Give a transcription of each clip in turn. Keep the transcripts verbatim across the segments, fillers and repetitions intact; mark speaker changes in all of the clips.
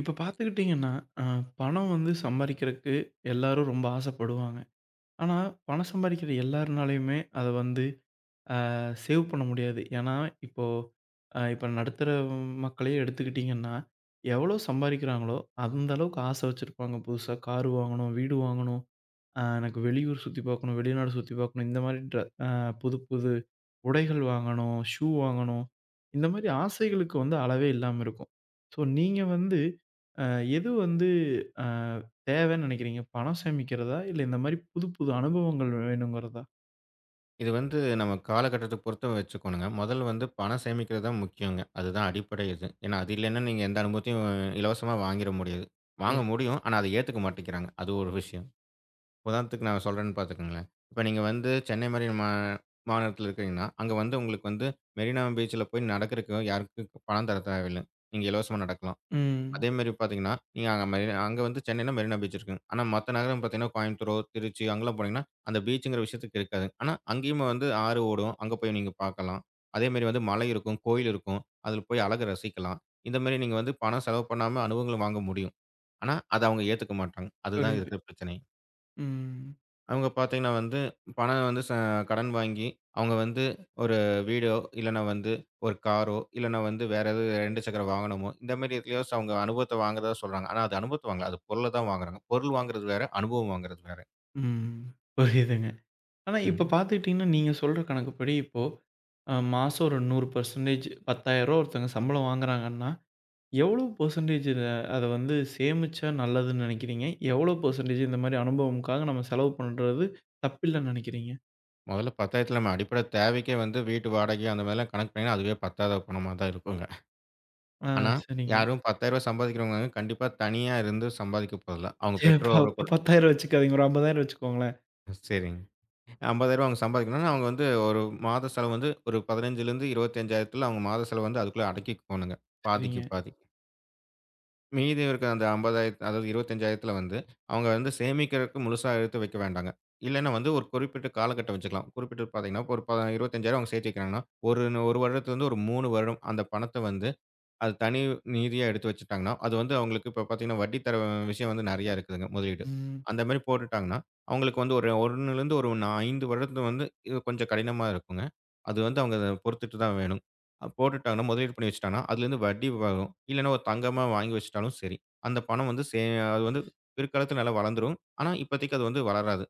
Speaker 1: இப்ப பார்த்துக்கிட்டீங்கன்னா, அ பணம் வந்து சம்பாரிக்கிறக்கு எல்லாரும் ரொம்ப ஆசைப்படுவாங்க. ஆனா, பணம் சம்பாரிக்கிற எல்லாருனாலயுமே அத வந்து அ சேவ் பண்ண முடியாது. ஏன்னா, இப்போது இப்போ அ இப்ப நடுத்தர மக்களே எடுத்துக்கிட்டீங்கன்னா, எவ்வளோ சம்பாரிக்கிறாங்களோ, அந்த அளவுக்கு ஆசை வச்சிருப்பாங்க. புதுசா கார் வாங்கணும், வீடு வாங்கணும், அ எனக்கு வெளியூர் சுத்தி பார்க்கணும், வெளிநாடு சுத்தி பார்க்கணும். இந்த மாரி ட்ர அ புது புது உடைகள் வாங்கணும், ஷூ வாங்கணும். இந்த மாரி ஆசைகளுக்கு வந்து அளவே இல்லாம இருக்கும். ஸோ நீங்க வந்து அ எது வந்து அ தேவைன்னு நெனைக்கிறீங்க? பணம் சேமிக்கிறதா? இல்ல இந்த மாரி புது புது அனுபவங்கள் வேணுங்கிறதா?
Speaker 2: இது வந்து நம்ம காலகட்டத்த பொறுத்து வச்சுக்கணுங்க. முதல்ல வந்து பணம் சேமிக்கிறது தான் முக்கியங்க. அதுதான் அடிப்படை இது. ஏன்னா, அது இல்லைன்னா நீங்க எந்த அனுபவத்தையும் இலவசமா வாங்கிற முடியாது. வாங்க
Speaker 1: கரெக்ட்.
Speaker 2: முடியும். ஆனா, அத ஏத்துக்க மாட்டேங்கிறாங்க. அது ஒரு விஷயம். உதாரணத்துக்கு நான் சொல்றேன்னு பார்த்துக்கங்களேன். இப்ப நீங்க வந்து சென்னை மாரி மா மாநிலத்தில இருக்கிறீங்கன்னா, அங்க வந்து உங்களுக்கு வந்து மெரினா பீச்சில போய் நடக்கிறதுக்கு யாருக்கும் பணம் தர தேவையில்ல. நீங்க இலவசமா நடக்கலாம்.
Speaker 1: ம்.
Speaker 2: அதே மாரி பார்த்தீங்கன்னா, நீங்க அங்க மெரினா அங்க வந்து சென்னையில மெரினா பீச் இருக்குங்க. ஆனா மத்த நகரம் பார்த்தீங்கன்னா, கோயம்புத்தூரோ, திருச்சி அங்கலாம் போனீங்கன்னா, அந்த பீச்சுங்கிற விஷயத்துக்கு இருக்காது. ஆனா அங்கேயும் வந்து ஆறு ஓடும். அங்க போய் நீங்க பார்க்கலாம். அதே மாரி வந்து மலை இருக்கும், கோயில் இருக்கும். அதில போய் அழக ரசிக்கலாம். இந்த மாரி நீங்க வந்து பணம் செலவு பண்ணாம அனுபவங்கள வாங்க முடியும். ஆனா, அத அவங்க ஏத்துக்க மாட்டாங்க. அதுதான்
Speaker 1: புரியுது.
Speaker 2: இருக்கிற பிரச்சனை.
Speaker 1: ம்.
Speaker 2: அவங்க பார்த்தீங்கன்னா வந்து, பணம் வந்து ச கடன் வாங்கி, அவங்க வந்து ஒரு வீடோ, இல்லன்னா வந்து ஒரு காரோ, இல்லன்னா வந்து வேற எதாவது ரெண்டு சக்கர வாகனமோ, இந்த மாரி எதுலயாவது அவங்க அனுபவத்த வாங்குறதா சொல்றாங்க. ஆனா அது அனுபவத்த வாங்கல. அது பொருள தான் வாங்குறாங்க. பொருள் வாங்குறது வேற, அனுபவம் வாங்குறது வேற.
Speaker 1: ம். புரியுதுங்க. ஆனா இப்ப
Speaker 2: ம்.
Speaker 1: பார்த்துக்கிட்டீங்கன்னா, நீங்க சொல்ற கணக்குப்படி இப்போ அ மாசம் ஒரு நூறு சதவீதம் பத்தாயிரம் ரூவா ஒருத்தவங்க சம்பளம் வாங்குறாங்கன்னா, எவ்வளோ பெர்சன்டேஜ் இத அத வந்து சேமிச்சா நல்லதுன்னு நினைக்கிறீங்க? எவ்வளோ பெர்சன்டேஜ் இந்த மாரி அனுபவம்க்காக நம்ம செலவு பண்றது தப்பில்லன்னு நினைக்கிறீங்க?
Speaker 2: மொதல்ல 10,000த்துல நம்ம அடிப்படை தேவைக்கே வந்து வீட்டு வாடகை அந்த மாரிலாம் கணக்கு பண்ணிங்கன்னா, அதுவே பத்தாத பணமா தான் இருக்குங்க.
Speaker 1: ஆ,
Speaker 2: ஆனா,
Speaker 1: சரிங்க.
Speaker 2: யாரும் ரூ. பத்தாயிரம் சம்பாதிக்கிறவங்க கண்டிப்பா தனியா இருந்து சம்பாதிக்க போறதில்ல. அவங்க
Speaker 1: சரி, அப்ப
Speaker 2: பெற்றோரோ
Speaker 1: அப்ப
Speaker 2: கூட
Speaker 1: பத்தாயிரம் வச்சுக்காதீங்க. ஒரு ஐம்பதாயிரம் வச்சுக்கோங்களேன்.
Speaker 2: சரிங்க. ரூ. ஐம்பதாயிரம் அவங்க சம்பாதிக்கணும்னா, அவங்க வந்து ஒரு மாத செலவு வந்து ஒரு 15,000லிருந்து 25,000க்குள்ள அவங்க மாத செலவு வந்து அதுக்குள்ள அடக்கிக்கோணுங்க. பாதிக்கு
Speaker 1: சரிங்க.
Speaker 2: பாதி. மீதி இருக்கிற அந்த ஐம்பதாயிரம் அதாவது 25,000த்துல வந்து அவங்க வந்து சேமிக்கிறதுக்கு முழுசா எடுத்து வைக்க வேண்டாங்க. இல்லன்னா வந்து ஒரு குறிப்பிட்ட காலகட்டம் வச்சுக்கலாம். குறிப்பிட்டு பார்த்தீங்கன்னா, ஒரு ப இருபத்தி ஐந்தாயிரம் அவங்க சேர்த்து வைக்கிறாங்கன்னா, ஒரு 1 வருடத்துலருந்து ஒரு மூனு வருடம் அந்த பணத்த வந்து அது தனி நிதியா எடுத்து வச்சுட்டாங்கன்னா, அது வந்து அவங்களுக்கு இப்ப பார்த்தீங்கன்னா, வட்டி தர விஷயம் வந்து நெறையா இருக்குதுங்க முதலீடு.
Speaker 1: ம்.
Speaker 2: அந்த மாரி போட்டுட்டாங்கன்னா, அவங்களுக்கு வந்து ஒரு 1லேருந்து ஒரு நா ஐந்து வருடத்துல வந்து இது கொஞ்சம் கடினமா இருக்குங்க. அது வந்து அவங்க அதை பொறுத்துட்டு தான் வேணும். அ போட்டுட்டாங்கன்னா, முதலீடு பண்ணி வச்சுட்டாங்கன்னா, அதுலேருந்து வட்டி வரும். இல்லன்னா ஒரு தங்கமா வாங்கி வச்சுட்டாலும் சரி. அந்த பணம் வந்து சே அது வந்து பிற்காலத்துல நல்லா வளர்ந்துரும். ஆனா, இப்போதைக்கு அது வந்து வளராது.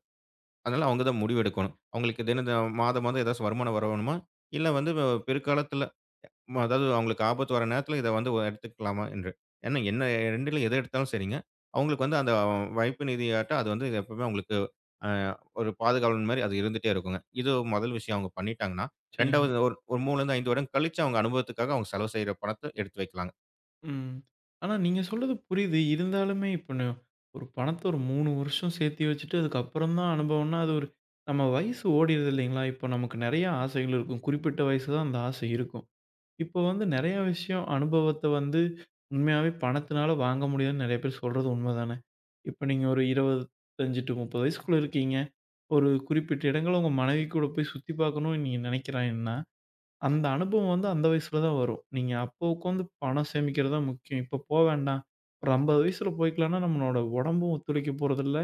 Speaker 2: அதனால அவங்க தான் முடிவு எடுக்கணும். அவங்களுக்கு தினம் தினம் மாதம் மாதம் ஏதாச்சும் வருமானம் வரணுமா? இல்ல வந்து பிற்காலத்துல ம். அதாவது அவங்களுக்கு ஆபத்து வர நேரத்தில இத வந்து எடுத்துக்கலாமா என்று. ஏன்னா என்ன 2ல எத எடுத்தாலும் சரிங்க. அவங்களுக்கு வந்து அந்த வைப்பு நிதியாட்டம் அது வந்து எப்பவுமே அவங்களுக்கு அ ஒரு பாதுகாவலன் மாரி அது இருந்துட்டே இருக்குங்க. இது முதல் விஷயம் அவங்க பண்ணிட்டாங்கன்னா,
Speaker 1: சரிங்க.
Speaker 2: 2வது ஒரு ஒரு 3லேருந்து அஞ்சு வருடம் கழிச்சு அவங்க அனுபவத்துக்காக அவங்க செலவு செய்ற பணத்த எடுத்து வைக்கலாங்க.
Speaker 1: ம். ஆனா நீங்க சொல்றது புரியுது. இருந்தாலுமே இப்ப ந ஒரு பணத்த ஒரு மூன்று வருஷம் சேர்த்தி வச்சுட்டு, அதுக்கப்புறம் தான் அனுபவம்னா, அது ஒரு நம்ம வயசு ஓடிருது இல்லைங்களா? இப்ப நமக்கு நெறைய ஆசைகள் இருக்கும். குறிப்பிட்ட வயசு தான் அந்த ஆசை இருக்கும். இப்போ வந்து நெறைய விஷயம் அனுபவத்த வந்து உண்மையாவே பணத்தினால வாங்க முடியாதுன்னு நெறைய பேர் சொல்றது உண்மதானே. இப்ப நீங்க ஒரு இருபத்தி ஐந்து டூ முப்பது வயசுக்குள்ள இருக்கீங்க. ஒரு குறிப்பிட்ட இடங்கள உங்க மனைவி கூட போய் சுத்தி பார்க்கணும்னு நீங்க நெனைக்கிறாய்ங்கன்னா, அந்த அனுபவம் வந்து அந்த வயசுல தான் வரும். நீங்க அப்போ உட்காந்து பணம் சேமிக்கிறது தான் முக்கியம். இப்போ போ வேண்டாம். ஒரு ஐம்பது வயசுல போய்க்கலாம்னா, நம்மளோட உடம்பும் ஒத்துழைக்க போறதில்ல.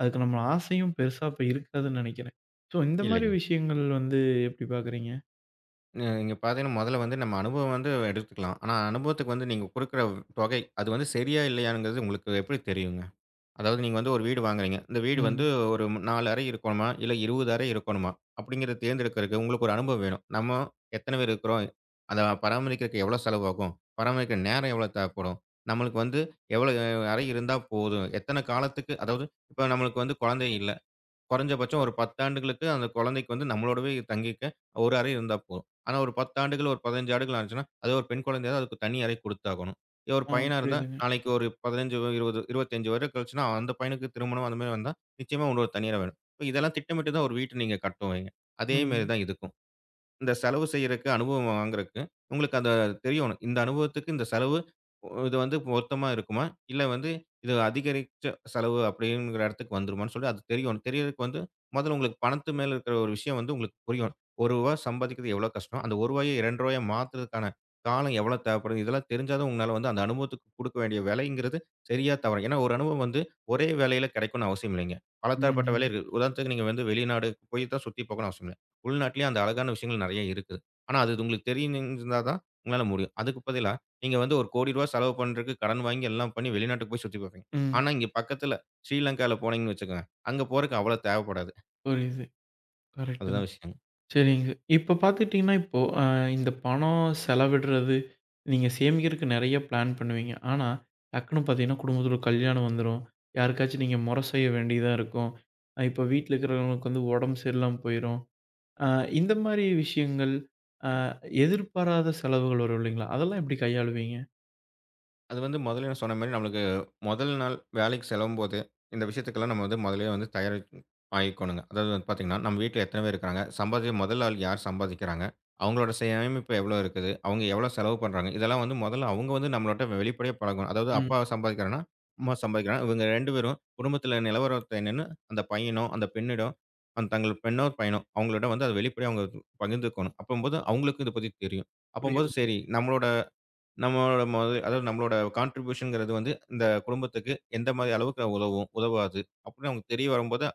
Speaker 1: அதுக்கு நம்ம ஆசையும் பெருசா அப்ப இருக்காதுன்னு நெனைக்கிறேன். ஸோ இந்த மாரி
Speaker 2: இல்லைங்க.
Speaker 1: விஷயங்கள் வந்து எப்படி பார்க்குறீங்க?
Speaker 2: அ இங்க பார்த்தீங்கன்னா முதல்ல வந்து நம்ம அனுபவம் வந்து எடுத்துக்கலாம். ஆனா அனுபவத்துக்கு வந்து நீங்க குடுக்குற தொகை, அது வந்து சரியா இல்லையாங்கிறது உங்களுக்கு எப்படி தெரியுங்க? அதாவது நீங்க வந்து ஒரு வீடு வாங்குறீங்க. இந்த வீடு வந்து
Speaker 1: ம்.
Speaker 2: ஒரு நாலு அறை இருக்கணுமா? இல்ல இருபது அறை இருக்கணுமா? அப்படிங்கிறத தேர்ந்தெடுக்கிறதுக்கு உங்களுக்கு ஒரு அனுபவம் வேணும். நம்ம எத்தனை பேர் இருக்கிறோம்? அத பராமரிக்கிறதுக்கு எவ்வளோ செலவாகும்? பராமரிக்க நேரம் எவ்வளோ தேவைப்படும்? நம்மளுக்கு வந்து எவ்வளோ அறை இருந்தா போதும்? எத்தனை காலத்துக்கு அதாவது இப்ப நம்மளுக்கு வந்து குழந்தை இல்ல. குறைஞ்சபட்சம் ஒரு பத்து ஆண்டுகளுக்கு அந்த குழந்தைக்கு வந்து நம்மளோடவே தங்கிக்க ஒரு அறை இருந்தா போதும். ஆனா ஒரு பத்து ஆண்டுகள், ஒரு பதினைந்து ஆண்டுகள் ஆச்சுன்னா, அதே ஒரு பெண் குழந்தையா இருந்தா அதுக்கு தனி அறை குடுத்தாகணும். இதே ஒரு
Speaker 1: ஆ,
Speaker 2: பையனா இருந்தா,
Speaker 1: புரியுதுங்க.
Speaker 2: நாளைக்கு ஒரு பதினைஞ்சு, இருபது, இருபத்தி ஐந்து வருடம் கழிச்சுனா, அந்த பையனுக்கு திருமணம் அந்த மாரி வந்தா, நிச்சயமா இன்னொரு தனி அறை வேணும். இப்ப இதெல்லாம் திட்டமிட்டு தான் ஒரு வீட்ட நீங்க கட்டுவீங்க. அதே மாரி
Speaker 1: ம்.
Speaker 2: தான் இதுக்கும். இந்த செலவு செய்யறக்கு, அனுபவம் வாங்குறக்கு, உங்களுக்கு அத தெரியணும். இந்த அனுபவத்துக்கு இந்த செலவு ஒ- இது வந்து பொருத்தமா இருக்குமா? இல்ல வந்து இது அதிகரிச்ச செலவு அப்படிங்கிற இடத்துக்கு வந்துருமான்னு சொல்லி அது தெரியணும். தெரியறதுக்கு வந்து முதல்ல உங்களுக்கு பணத்து மேல இருக்கிற ஒரு விஷயம் வந்து உங்களுக்கு புரியணும். ரூ. ஒரு சம்பாதிக்கிறது எவ்வளோ கஷ்டம். அந்த ரூ. ஒரு ரூ. இரண்டு மாத்துறதுக்கான காலம் எவ்வளோ தேவைப்படுது. இதெல்லாம் தெரிஞ்சா தான் உங்களால வந்து அந்த அனுபவத்துக்கு குடுக்க வேண்டிய விலைங்கிறது சரியா, தவறா. ஏன்னா ஒரு அனுபவம் வந்து ஒரே வேலையில கிடைக்கணும்னு அவசியம் இல்லைங்க. பல தரப்பட்ட வேலை
Speaker 1: ம்.
Speaker 2: இருக்கு. உதாரணத்துக்கு நீங்க வந்து வெளிநாடு போய் தான் சுத்தி பார்க்கணும்னு அவசியம் உள்நாட்டிலேயே அந்த அழகான விஷயங்கள் நிறைய இருக்குது. ஆனா, அது உங்களுக்கு தெரியும்னு தான் உங்களால முடியும். அதுக்கு பதிலா நீங்க வந்து ஒரு ரூ. ஒரு கோடி செலவு பண்றதுக்கு கடன் வாங்கி எல்லாம் பண்ணி வெளிநாட்டுக்கு போய் சுத்தி பார்ப்பீங்க.
Speaker 1: ம்.
Speaker 2: ஆனா, இங்க பக்கத்துல ஸ்ரீலங்கால போனீங்கன்னு வச்சுக்கோங்க, அங்க போறதுக்கு அவ்வளவு தேவைப்படாது.
Speaker 1: புரியுது. கரெக்ட்டு
Speaker 2: அதுதான்
Speaker 1: தான்.
Speaker 2: விஷயம்.
Speaker 1: சரிங்க. இப்ப பார்த்துக்கிட்டீங்கன்னா, இப்போ அ இந்த பணம் செலவிடுறது, நீங்க சேமிக்கிறதுக்கு நெறைய பிளான் பண்ணுவீங்க. ஆனா, டக்குனு பார்த்தீங்கன்னா, குடும்பத்துல ஒரு கல்யாணம் வந்துரும். யாருக்காச்சும் நீங்க மொற செய்ய வேண்டியதா இருக்கும். அ இப்ப வீட்ல இருக்கிறவங்களுக்கு வந்து உடம்பு சரியில்லாம போயிரும். அ இந்த மாரி விஷயங்கள், அ எதிர்பாராத செலவுகள் வரும் இல்லைங்களா? அதெல்லாம் எப்படி கையாளுவீங்க?
Speaker 2: அது வந்து முதல்ல நான் சொன்ன மாரி நம்மளுக்கு முதல் நாள் வேலைக்கு செலவும்போது, இந்த விஷயத்துக்கெல்லாம் நம்ம வந்து முதல்லயே வந்து தயார் ஆயிக்கணுங்க. அதாவது வந்து பார்த்தீங்கன்னா, நம்ம வீட்ல எத்தன பேர் இருக்கிறாங்க? சம்பாதிக்க முதல் ஆள் யார் சம்பாதிக்கிறாங்க? அவங்களோட சேமிப்பு எவ்வளோ இருக்குது? அவங்க எவ்வளோ செலவு பண்றாங்க? இதெல்லாம் வந்து முதல்ல அவங்க வந்து நம்மளோட்ட வெளிப்படையா பழகணும். அதாவது
Speaker 1: ம்.
Speaker 2: அப்பா சம்பாதிக்கிறான்னா, அம்மா சம்பாதிக்கிறாங்க. இவங்க ரெண்டு பேரும் குடும்பத்தில நிலவரத்த என்னன்னு அந்த பையனோ, அந்த பெண்ணிடம் அந் தங்கள் பெண்ணோ, பையனோ அவங்களிடம் வந்து அத வெளிப்படையா அவங்க பகிர்ந்துக்கணும். அப்பம்போது அவங்களுக்கும் இத பத்தி தெரியும். அப்பம்போது
Speaker 1: புரியுது.
Speaker 2: சரி நம்மளோட நம்மளோட மொத அதாவது நம்மளோட கான்ட்ரிபியூஷன்ங்கிறது வந்து இந்த குடும்பத்துக்கு எந்த மாதிரி அளவுக்கு நான் உதவும், உதவாது அப்படின்னு அவங்களுக்கு தெரிய வரும்போது,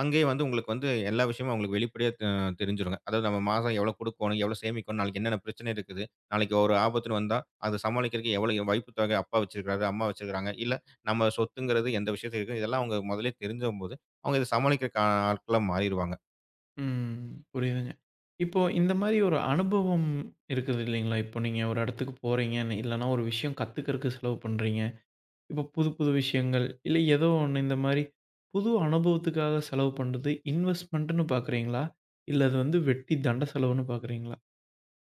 Speaker 2: அங்கேயே வந்து உங்களுக்கு வந்து எல்லா விஷயமும் அவங்களுக்கு வெளிப்படையா அ தெரிஞ்சுருங்க. அதாவது நம்ம மாசம் எவ்வளோ குடுக்கணும், எவ்வளோ சேமிக்கணும், நாளைக்கு என்னென்ன பிரச்சனை இருக்குது, நாளைக்கு ஒரு ஆபத்துன்னு வந்தா அத சமாளிக்கிறதுக்கு எவ்வளோ வைப்பு தொகை அப்பா வச்சிருக்காரு, அம்மா வச்சிருக்காங்க, இல்ல நம்ம சொத்துங்கிறது எந்த விஷயத்துக்கு இருக்கு, இதெல்லாம் அவங்க முதலே தெரிஞ்சம்போது, அவங்க இத சமாளிக்கிற ஆட்களா மாறிருவாங்க.
Speaker 1: ம். புரியுதுங்க. இப்போ இந்த மாரி ஒரு அனுபவம் இருக்குது இல்லைங்களா? இப்போ நீங்க ஒரு இடத்துக்கு போறீங்க, இல்லன்னா ஒரு விஷயம் கத்துக்கிறக்கு செலவு பண்றீங்க. இப்போ புது புது விஷயங்கள், இல்ல ஏதோ ஒண்ணு இந்த மாரி புது அனுபவத்துக்காக செலவு பண்றது இன்வெஸ்ட்மென்ட்ன்னு பார்க்குறீங்களா? இல்ல அது வந்து வெட்டி தண்ட செலவுன்னு பார்க்குறீங்களா?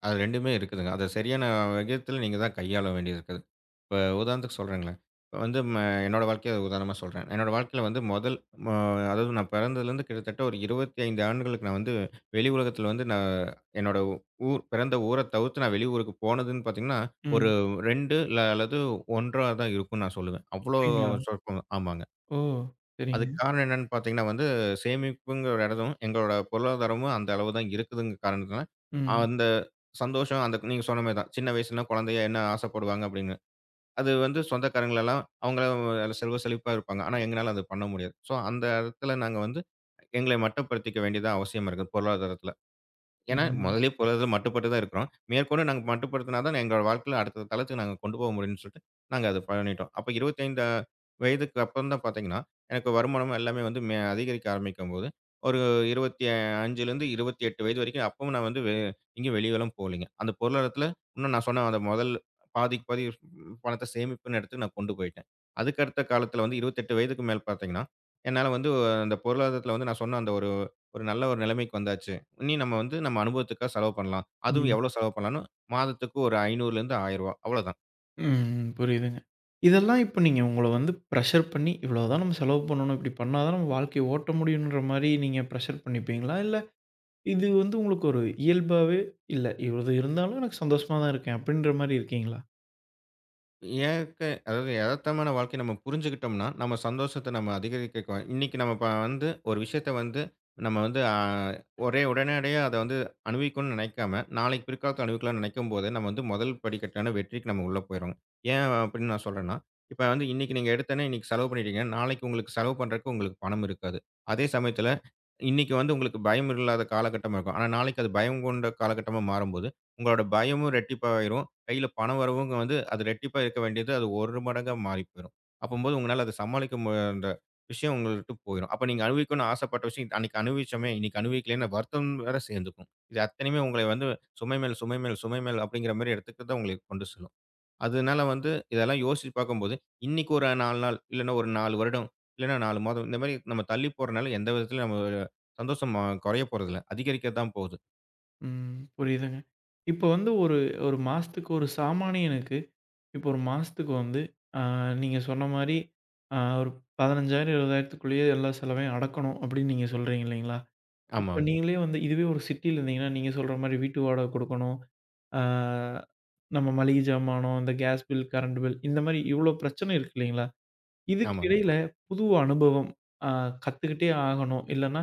Speaker 2: அது 2மே இருக்குதுங்க. அத சரியான விகிதத்தில நீங்க தான் கையாள வேண்டியது இருக்குது. இப்ப உதாரணத்துக்கு சொல்றேங்களேன். இப்ப வந்து ம என்னோட வாழ்க்கைய உதாரணமா சொல்றேன். என்னோட வாழ்க்கையில வந்து முதல் ம அதாவது நான் பிறந்ததுலேருந்து கிட்டத்தட்ட ஒரு இருபத்தி ஐந்து ஆண்டுகளுக்கு நான் வந்து வெளி உலகத்தில வந்து நான் என்னோட ஊ- ஊர் பிறந்த ஊர தவிர்த்து நான் வெளி ஊருக்கு போனதுன்னு பார்த்தீங்கன்னா,
Speaker 1: ம்.
Speaker 2: ஒரு ரெண்டு இல்ல அல்லது ஒன்று தான் இருக்கும்னு நான் சொல்லுவேன். அவ்வளோ
Speaker 1: அப்படிங்களா?
Speaker 2: சொற்பம். ஆமாங்க.
Speaker 1: ஓ! சரிங்க.
Speaker 2: அதுக்கு காரணம் என்னன்னு பார்த்தீங்கன்னா வந்து, சேமிப்புங்கிற இடதும், எங்களோட பொருளாதாரமும் அந்த அளவு தான் இருக்குதுங்க காரணத்தினால,
Speaker 1: ம்.
Speaker 2: அந்த சந்தோஷம் அந்த நீங்க சொன்ன மாரி தான். சின்ன வயசுல குழந்தைக என்ன ஆசைப்படுவாங்க அப்படின்னு. அது வந்து சொந்தக்காரங்களெல்லாம் அவங்கள செல்வ செழிப்பா இருப்பாங்க. ஆனா எங்கனால அது பண்ண முடியாது. ஸோ அந்த இடத்துல நாங்க வந்து எங்களை மட்டப்படுத்திக்க வேண்டியது அவசியமா இருக்குது பொருளாதாரத்தில. ஏன்னா,
Speaker 1: ம்.
Speaker 2: முதல்லயே பொருளாதார மட்டுப்பட்டு தான் இருக்கிறோம். மேற்கொண்டு நாங்க மட்டுப்படுத்தினா தான் எங்களோட வாழ்க்கையில அடுத்த தளத்துக்கு நாங்க கொண்டு போக முடியும்னு சொல்லிட்டு, நாங்க அத பண்ணிட்டோம். அப்ப இருபத்தி ஐந்து வயதுக்கு அப்புறம் தான் பார்த்தீங்கன்னா, எனக்கு வருமானம் எல்லாமே வந்து மே அதிகரிக்க ஆரம்பிக்கும்போது, ஒரு 25லேருந்து இருபத்தி எட்டு வயது வரைக்கும் அப்பவும் நான் வந்து வெ எங்கேயும் வெளியலாம் போகலைங்க. அந்த பொருளாதாரத்தில இன்னும் நான் சொன்ன அந்த முதல் பாதிக்கு பாதி பணத்த சேமிப்புன்னு எடுத்து நான் கொண்டு போயிட்டேன். அதுக்கு அடுத்த காலத்தில வந்து இருபத்தி எட்டு வயதுக்கு மேல் பார்த்தீங்கன்னா, என்னால வந்து அந்த பொருளாதாரத்தில வந்து நான் சொன்ன அந்த ஒரு ஒரு நல்ல ஒரு நிலைமைக்கு வந்தாச்சு. இனி நம்ம வந்து நம்ம அனுபவத்துக்காக செலவு பண்ணலாம். அதுவும்
Speaker 1: ம்.
Speaker 2: எவ்வளோ செலவு பண்ணலாம்னா, மாதத்துக்கு ஒரு ரூ. 500லேருந்து ரூ. ஆயிரம் அவ்வளோதான்.
Speaker 1: ம். புரியுதுங்க. இதெல்லாம் இப்ப நீங்க உங்கள வந்து பிரஷர் பண்ணி, இவ்வளோதான் நம்ம செலவு பண்ணணும். இப்படி பண்ணா தான் நம்ம வாழ்க்கைய ஓட்ட முடியும்ன்ற மாரி நீங்க பிரஷர் பண்ணிப்பீங்களா? இல்ல இது வந்து உங்களுக்கு ஒரு இயல்பாவே இல்ல. "இது இருந்தாலும் எனக்கு சந்தோஷமா தான் இருக்கேன்." அப்படின்ற மாரி இருக்கீங்களா?
Speaker 2: இயற்கை அதாவது எதார்த்தமான வாழ்க்கைய நம்ம புரிஞ்சுக்கிட்டோம்னா, நம்ம சந்தோஷத்த நம்ம அதிகரிக்க க- இன்னைக்கு நம்ம ப வந்து ஒரு விஷயத்த வந்து நம்ம வந்து அ ஒரே உடனடியா அத வந்து அனுபவிக்கணும்னு நினைக்காம, நாளைக்கு பிற்காலத்துல அனுபவிக்கலாம்னு நினைக்கும்போது, நம்ம வந்து முதல் படிக்கட்டான வெற்றிக்கு நம்ம உள்ள போயிடுவோம். ஏன் அப்படின்னு நான் சொல்றேன்னா, இப்ப வந்து இன்னைக்கு நீங்க எடுத்தோனே இன்னைக்கு செலவு பண்ணிட்டீங்க. நாளைக்கு உங்களுக்கு செலவு பண்றதுக்கு உங்களுக்கு பணம் இருக்காது. அதே சமயத்துல இன்னைக்கு வந்து உங்களுக்கு பயம் இல்லாத காலகட்டமா இருக்கும். ஆனா நாளைக்கு அது பயம் கொண்ட காலகட்டமா மாறும்போது, உங்களோட பயமும் ரெட்டிப்பாயிரும். கையில பண வரவும் வந்து அது ரெட்டிப்பா இருக்க வேண்டியது, அது ஒரு மடங்கா மாறி போயிரும். அப்பம்போது உங்களால அத சமாளிக்க மு அந்த விஷயம் உங்கள விட்டு போயிரும். அப்ப நீங்க அனுபவிக்கணும்னு ஆசைப்பட்ட விஷயம், அன்னைக்கு அனுபவிச்சோமே! இன்னைக்கு அனுபவிக்கலன்னு வருத்தம் வேற சேர்ந்துக்கும். இது அத்தனையுமே உங்களை வந்து சுமை மேல், சுமை மேல், சுமை மேல் அப்படிங்கிற மாரி இடத்துக்கு தான் உங்களுக்கு கொண்டு செல்லும். அதனால வந்து இதெல்லாம் யோசிச்சு பார்க்கும்போது, இன்னைக்கு ஒரு நாலு நாள், இல்லன்னா ஒரு நாலு வருடம், இல்லன்னா நாலு மாதம் இந்த மாரி நம்ம தள்ளி போறனால எந்த விதத்திலும் நம்ம சந்தோஷம் அ குறைய போறதில்ல. அதிகரிக்க தான் போகுது.
Speaker 1: ம். புரியுதுங்க. இப்ப வந்து ஒரு ஒரு மாசத்துக்கு ஒரு சாமானியனுக்கு, இப்போ ஒரு மாசத்துக்கு வந்து அ நீங்க சொன்ன மாரி அ ஒரு பதினையாயிரம் 20,000க்குள்ளேயே எல்லா செலவையும் அடக்கணும் அப்படின்னு நீங்க சொல்றீங்க இல்லைங்களா? இப்ப
Speaker 2: ஆமாங்க,
Speaker 1: நீங்களே வந்து இதுவே ஒரு சிட்டில இருந்தீங்கன்னா, நீங்க சொல்ற மாரி வீட்டு வாடகை குடுக்கணும். ஆ, நம்ம மளிகை ஜாமானோ, இந்த கேஸ் பில், கரண்ட் பில் இந்த மாரி இவ்ளோ பிரச்சனை இருக்கு இல்லைங்களா? இதுக்கு
Speaker 2: ஆமாங்க,
Speaker 1: இடையில புது அனுபவம் அ கத்துக்கிட்டே ஆகணும். இல்லன்னா,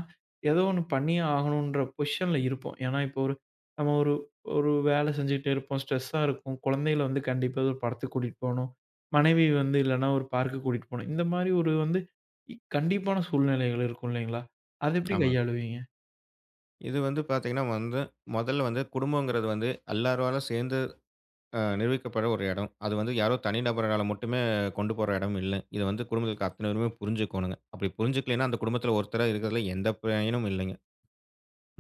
Speaker 1: ஏதோ ஒண்ணு பண்ணியே ஆகணுன்ற பொசிஷன்ல இருப்போம். ஏன்னா, இப்போ ஒரு நம்ம ஒரு ஒரு வேலை செஞ்சுகிட்டே இருப்போம். ஸ்ட்ரெஸ்ஸா இருக்கும். குழந்தைகள வந்து கண்டிப்பா ஒரு படத்துக்கு கூட்டிட்டு போணும். மனைவி வந்து இல்லன்னா ஒரு பார்க்குக்கு கூட்டிட்டு போணும். இந்த மாரி ஒரு வந்து இ கண்டிப்பான சூழ்நிலைகள் இருக்கும் இல்லைங்களா? அத எப்படி
Speaker 2: ஆமாங்க.
Speaker 1: கையாளுவீங்க?
Speaker 2: இது வந்து பார்த்தீங்கன்னா வந்து, முதல்ல வந்து குடும்பங்கிறது வந்து எல்லாராலும் சேர்ந்து அ நிர்வகிக்கப்பட ஒரு இடம். அது வந்து யாரோ தனிநபர்களால மட்டுமே கொண்டு போற இடம் இல்ல. இத வந்து குடும்பத்திற்கு அத்தனை பேருமே புரிஞ்சுக்கோணுங்க. அப்படி புரிஞ்சுக்கலைன்னா அந்த குடும்பத்தில ஒருத்தரா இருக்கிறதுல எந்த பயனும் இல்லைங்க,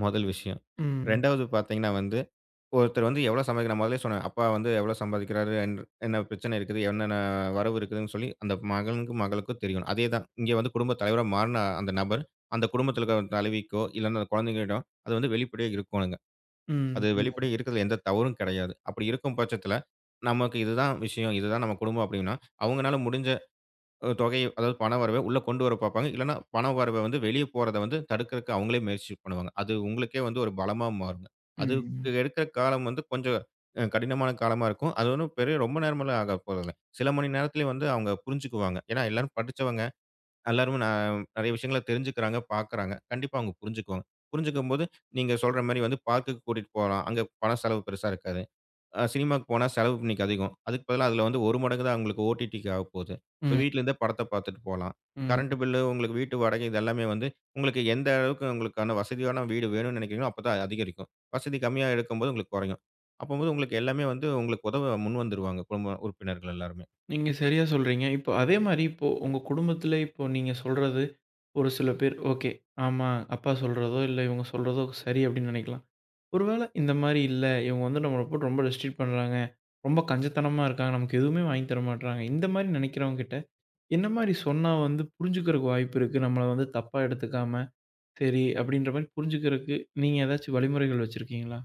Speaker 2: முதல் விஷயம்.
Speaker 1: ம்.
Speaker 2: 2வது பார்த்தீங்கன்னா வந்து, ஒருத்தர் வந்து எவ்வளோ சம்பாதிக்க நான் முதலே சொன்னேன். அப்பா வந்து எவ்வளோ சம்பாதிக்கிறாரு, என் என்ன பிரச்சனை இருக்குது, என்னென்ன வரவு இருக்குதுன்னு சொல்லி அந்த மகனுக்கும், மகளுக்கும் தெரியணும். அதேதான் இங்கே வந்து குடும்பத் தலைவரா மாறுன அந்த நபர், அந்த குடும்பத்தில இருக்கிற தலைவிக்கோ, இல்லன்னா அந்த குழந்தைகளிடம் அது வந்து வெளிப்படையா இருக்கோணுங்க.
Speaker 1: ம்.
Speaker 2: அது
Speaker 1: புரியுது.
Speaker 2: வெளிப்படையா இருக்கிறதுல எந்த தவறும் கிடையாது. அப்படி இருக்கும் பட்சத்தில, நமக்கு இதுதான் விஷயம், இதுதான் நம்ம குடும்பம் அப்படின்னா, அவங்கனால முடிஞ்ச அ தொகை, அதாவது பண வரவ உள்ள கொண்டு வர பார்ப்பாங்க. இல்லன்னா, பண வரவ வந்து வெளிய போறத வந்து தடுக்கிறதுக்கு அவங்களே முயற்சி பண்ணுவாங்க. அது உங்களுக்கே வந்து ஒரு பலமா மாறுங்க.
Speaker 1: ம்.
Speaker 2: அதுக்கு எடுக்கிற காலம் வந்து கொஞ்சம் அ கடினமான காலமா இருக்கும். அது ஒண்ணும் பெரிய ரொம்ப நேரமெல்லாம் ஆக போறதில்ல. சில மணி நேரத்திலேயே வந்து அவங்க புரிஞ்சுக்குவாங்க. ஏன்னா எல்லாரும் படிச்சவங்க. எல்லாருமே நான் நெறைய விஷயங்கள தெரிஞ்சுக்கிறாங்க, பார்க்குறாங்க. கண்டிப்பா அவங்க புரிஞ்சுக்குவாங்க. புரிஞ்சுக்கும்போது, நீங்க சொல்ற மாரி வந்து பார்க்குக்கு கூட்டிட்டு போலாம். அங்க பண செலவு பெருசா இருக்காது. அ சினிமாக்கு போனா செலவு இன்னைக்கு அதிகம். அதுக்கு பதிலா அதில வந்து ஒரு மடங்கு தான் உங்களுக்கு ஓடிடிக்கு ஆகப்போது. இப்ப
Speaker 1: ம்.
Speaker 2: வீட்ல இருந்தே படத்த பார்த்துட்டு போலாம்.
Speaker 1: ம்.
Speaker 2: கரண்ட் பில்லு, உங்களுக்கு வீட்டு வாடகை இது எல்லாமே வந்து, உங்களுக்கு எந்த அளவுக்கு உங்களுக்கான வசதியான வீடு வேணும்னு நெனைக்கிறீங்களோ, அப்பதான் அதிகரிக்கும். வசதி கம்மியா இருக்கும்போது உங்களுக்கு குறையும். அப்பம்போது உங்களுக்கு எல்லாமே வந்து உங்களுக்கு உதவ முன் வந்துருவாங்க, குடும்ப உறுப்பினர்கள் எல்லாருமே.
Speaker 1: நீங்க சரியா சொல்றீங்க. இப்போ அதே மாரி இப்போ உங்க குடும்பத்தில இப்போ நீங்க சொல்றது ஒரு சில பேர், "ஓகே. ஆமா. அப்பா சொல்றதோ, இல்ல இவங்க சொல்றதோ சரி." அப்படின்னு நெனைக்கலாம். ஒருவேள இந்த மாரி இல்ல, இவங்க வந்து நம்மள போட்டு ரொம்ப ரெஸ்ட்ரிக்ட் பண்றாங்க. ரொம்ப கஞ்சத்தனமா இருக்காங்க. நமக்கு எதுவுமே வாங்கி தர மாட்றாங்க. இந்த மாரி நெனைக்கிறவங்க கிட்ட என்ன மாரி சொன்னா வந்து புரிஞ்சுக்கிறக்கு வாய்ப்பு இருக்கு? நம்மள வந்து தப்பா எடுத்துக்காம, சரி அப்படின்ற மாரி புரிஞ்சுக்கிறக்கு நீங்க ஏதாச்சும் வழிமுறைகள் வச்சிருக்கீங்களா?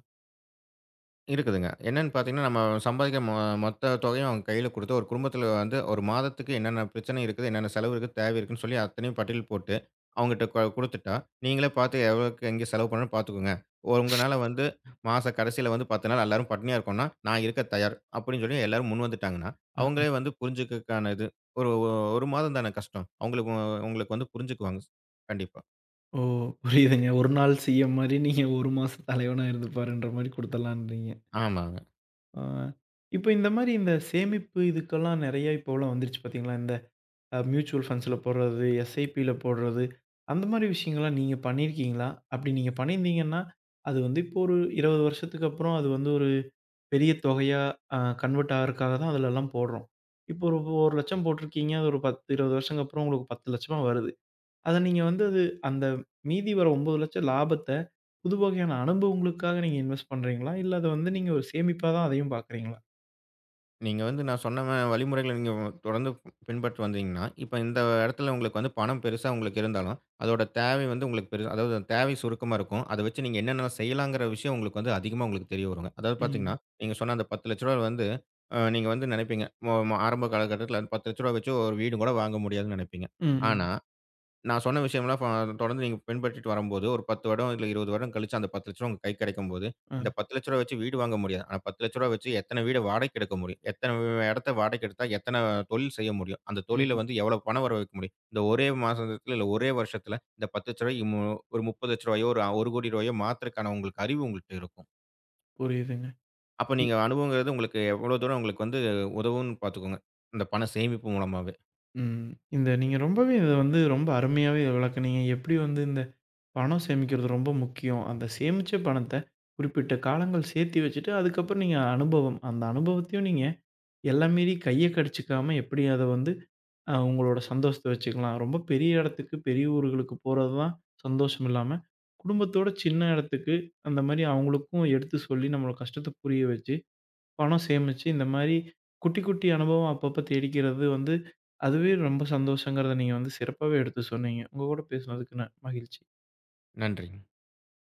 Speaker 2: இருக்குதுங்க. என்னன்னு பார்த்தீங்கன்னா, நம்ம சம்பாதிக்கிற மொ மொத்த தொகையும் அவங்க கையில குடுத்து, ஒரு குடும்பத்தில வந்து ஒரு மாதத்துக்கு என்னென்ன பிரச்சனை இருக்குது, என்னென்ன செலவு இருக்குது, தேவை இருக்குன்னு சொல்லி அத்தனையும் பட்டியல் போட்டு, அவங்கட்ட கொ குடுத்துட்டா, நீங்களே பார்த்து எவ்வளோக்கு எங்கே செலவு பண்ணணும்னு பார்த்துக்கோங்க. உங்கனால வந்து மாச கடைசியில வந்து பத்து நாள் எல்லாரும் பட்டினியா இருக்கோம்னா, நான் இருக்க தயார் அப்படின்னு சொல்லி எல்லாரும் முன் வந்துட்டாங்கன்னா,
Speaker 1: அ.
Speaker 2: அவங்களே வந்து புரிஞ்சுக்கக்கான இது. ஒரு ஒரு மாதம் தானே கஷ்டம். அவங்களுக்கு உங்களுக்கு வந்து புரிஞ்சுக்குவாங்க. கண்டிப்பா.
Speaker 1: ஓ! புரியுதுங்க. ஒரு நாள் சிஎம் மாரி நீங்க ஒரு மாசம் தலைவனா இருந்து பாருன்ற மாரி குடுத்துடலான்றீங்க.
Speaker 2: ஆமாங்க.
Speaker 1: ஆ. இப்ப இந்த மாரி இந்த சேமிப்பு இதுக்கெல்லாம் நெறைய இப்போலாம் வந்துருச்சு பார்த்தீங்களா? இந்த அ மியூச்சுவல் ஃபண்ட்ஸ்ல போடுறது, எஸ்ஐபில போடுறது, அந்த மாரி விஷயங்கள்லாம் நீங்க பண்ணியிருக்கீங்களா? அப்படி நீங்க பண்ணியிருந்தீங்கன்னா, அது வந்து இப்போ ஒரு இருபது வருஷத்துக்கு அப்புறம் அது வந்து ஒரு பெரிய தொகையா அ கன்வெர்ட் ஆகறக்காக தான் அதுலலாம் போடுறோம். இப்போ ஒரு ரூ. 1,00,000 போட்டிருக்கீங்க. அது ஒரு பத்து, இருபது வருஷங்க அப்புறம் உங்களுக்கு பத்து லட்சம் ரூபாய் வருது. அத நீங்க வந்து அது அந்த மீதி வர ஒன்பது லட்சம் லாபத்த புது வகையான அனுபவங்களுக்காக நீங்க இன்வெஸ்ட் பண்றீங்களா? இல்ல அத வந்து நீங்க ஒரு சேமிப்பா தான் அதையும் பார்க்குறீங்களா?
Speaker 2: நீங்க வந்து நான் சொன்ன ம வழிமுறைகள நீங்க தொடர்ந்து பின்பற்றி வந்தீங்கன்னா, இப்ப இந்த இடத்துல உங்களுக்கு வந்து பணம் பெருசா உங்களுக்கு இருந்தாலும், அதோட தேவை வந்து உங்களுக்கு பெரு அதாவது அந்த தேவை சுருக்கமா இருக்கும். அத வச்சு நீங்க என்னென்ன செய்யலாங்கிற விஷயம் உங்களுக்கு வந்து அதிகமா உங்களுக்கு தெரிய வருங்க. அதாவது
Speaker 1: ம்.
Speaker 2: பார்த்தீங்கன்னா, நீங்க சொன்ன அந்த ரூ. பத்து லட்சம் வந்து அ நீங்க வந்து நினைப்பீங்க. மொ மொ- ஆரம்ப காலகட்டத்தில ரூ. பத்து லட்சம் வச்சு ஒரு வீடு கூட வாங்க முடியாதுன்னு நினைப்பீங்க.
Speaker 1: ம்.
Speaker 2: ஆனா நான் சொன்ன விஷயம்லாம் ப தொடர்ந்து நீங்க பின்பற்றிட்டு வரும்போது, ஒரு பத்து வருடம் இல்ல இருபது வருடம் கழிச்சு அந்த ரூ. 10,00,000 உங்க கைக்கு கிடைக்கும்போது,
Speaker 1: அ.
Speaker 2: இந்த ரூ. பத்து லட்சம் வச்சு வீடு வாங்க முடியாது. ஆனா ரூ. பத்து லட்சம் வச்சு எத்தன வீட வாடகைக்கு எடுக்க முடியும்? எத்தன இடத்த வாடகைக்கு எடுத்தா எத்தன தொழில் செய்ய முடியும்? அந்த தொழில்ல
Speaker 1: ம்.
Speaker 2: வந்து எவ்வளவு பணம் வர வைக்க முடியும்? இந்த ஒரே மாசத்துல இல்ல ஒரே வருஷத்துல இந்த ரூ. 10,00,000 இம்மு ஒரு ரூ. முப்பது லட்சம் ஒரு ரூ. 1,00,00,000 மாத்துறதுக்கான உங்களுக்கு அறிவு உங்கள்ட்ட இருக்கும்.
Speaker 1: புரியுதுங்க.
Speaker 2: அப்ப
Speaker 1: நீ
Speaker 2: நீங்க அனுபவங்கிறது உங்களுக்கு எவ்வளவு தூரம் உங்களுக்கு வந்து உதவும்ன்னு பார்த்துக்கோங்க. இந்த பண சேமிப்பு மூலமாவே.
Speaker 1: ம். இந்த நீங்க ரொம்பவே இத வந்து ரொம்ப அருமையாவே விளக்குனீங்க. எப்படி வந்து இந்த பணம் சேமிக்கிறது ரொம்ப முக்கியம். அந்த சேமிச்ச பணத்த குறிப்பிட்ட காலங்கள் சேர்த்தி வச்சுட்டு, அதுக்கப்புறம் நீங்க அனுபவம் அந்த அனுபவத்தையும் நீங்க எல்லை மீறி கைய கடிச்சுக்காம எப்படி அத வந்து அ உங்களோட சந்தோஷத்த வச்சுக்கலாம். ரொம்ப பெரிய இடத்துக்கு, பெரிய ஊர்களுக்கு போறது தான் சந்தோஷம் இல்லாம, குடும்பத்தோட சின்ன இடத்துக்கு அந்த மாரி அவங்களுக்கும் எடுத்து சொல்லி நம்மளோட கஷ்டத்த புரிய வச்சு பணம் சேமிச்சு, இந்த மாரி குட்டி, குட்டி அனுபவம் அப்பப்ப தேடிக்கிறது வந்து, அதுவே ரொம்ப சந்தோஷங்கிறத நீங்க வந்து சிறப்பாவே எடுத்து சொன்னீங்க. உங்க கூட பேசுனதுக்கு ந மகிழ்ச்சி.
Speaker 2: நன்றி.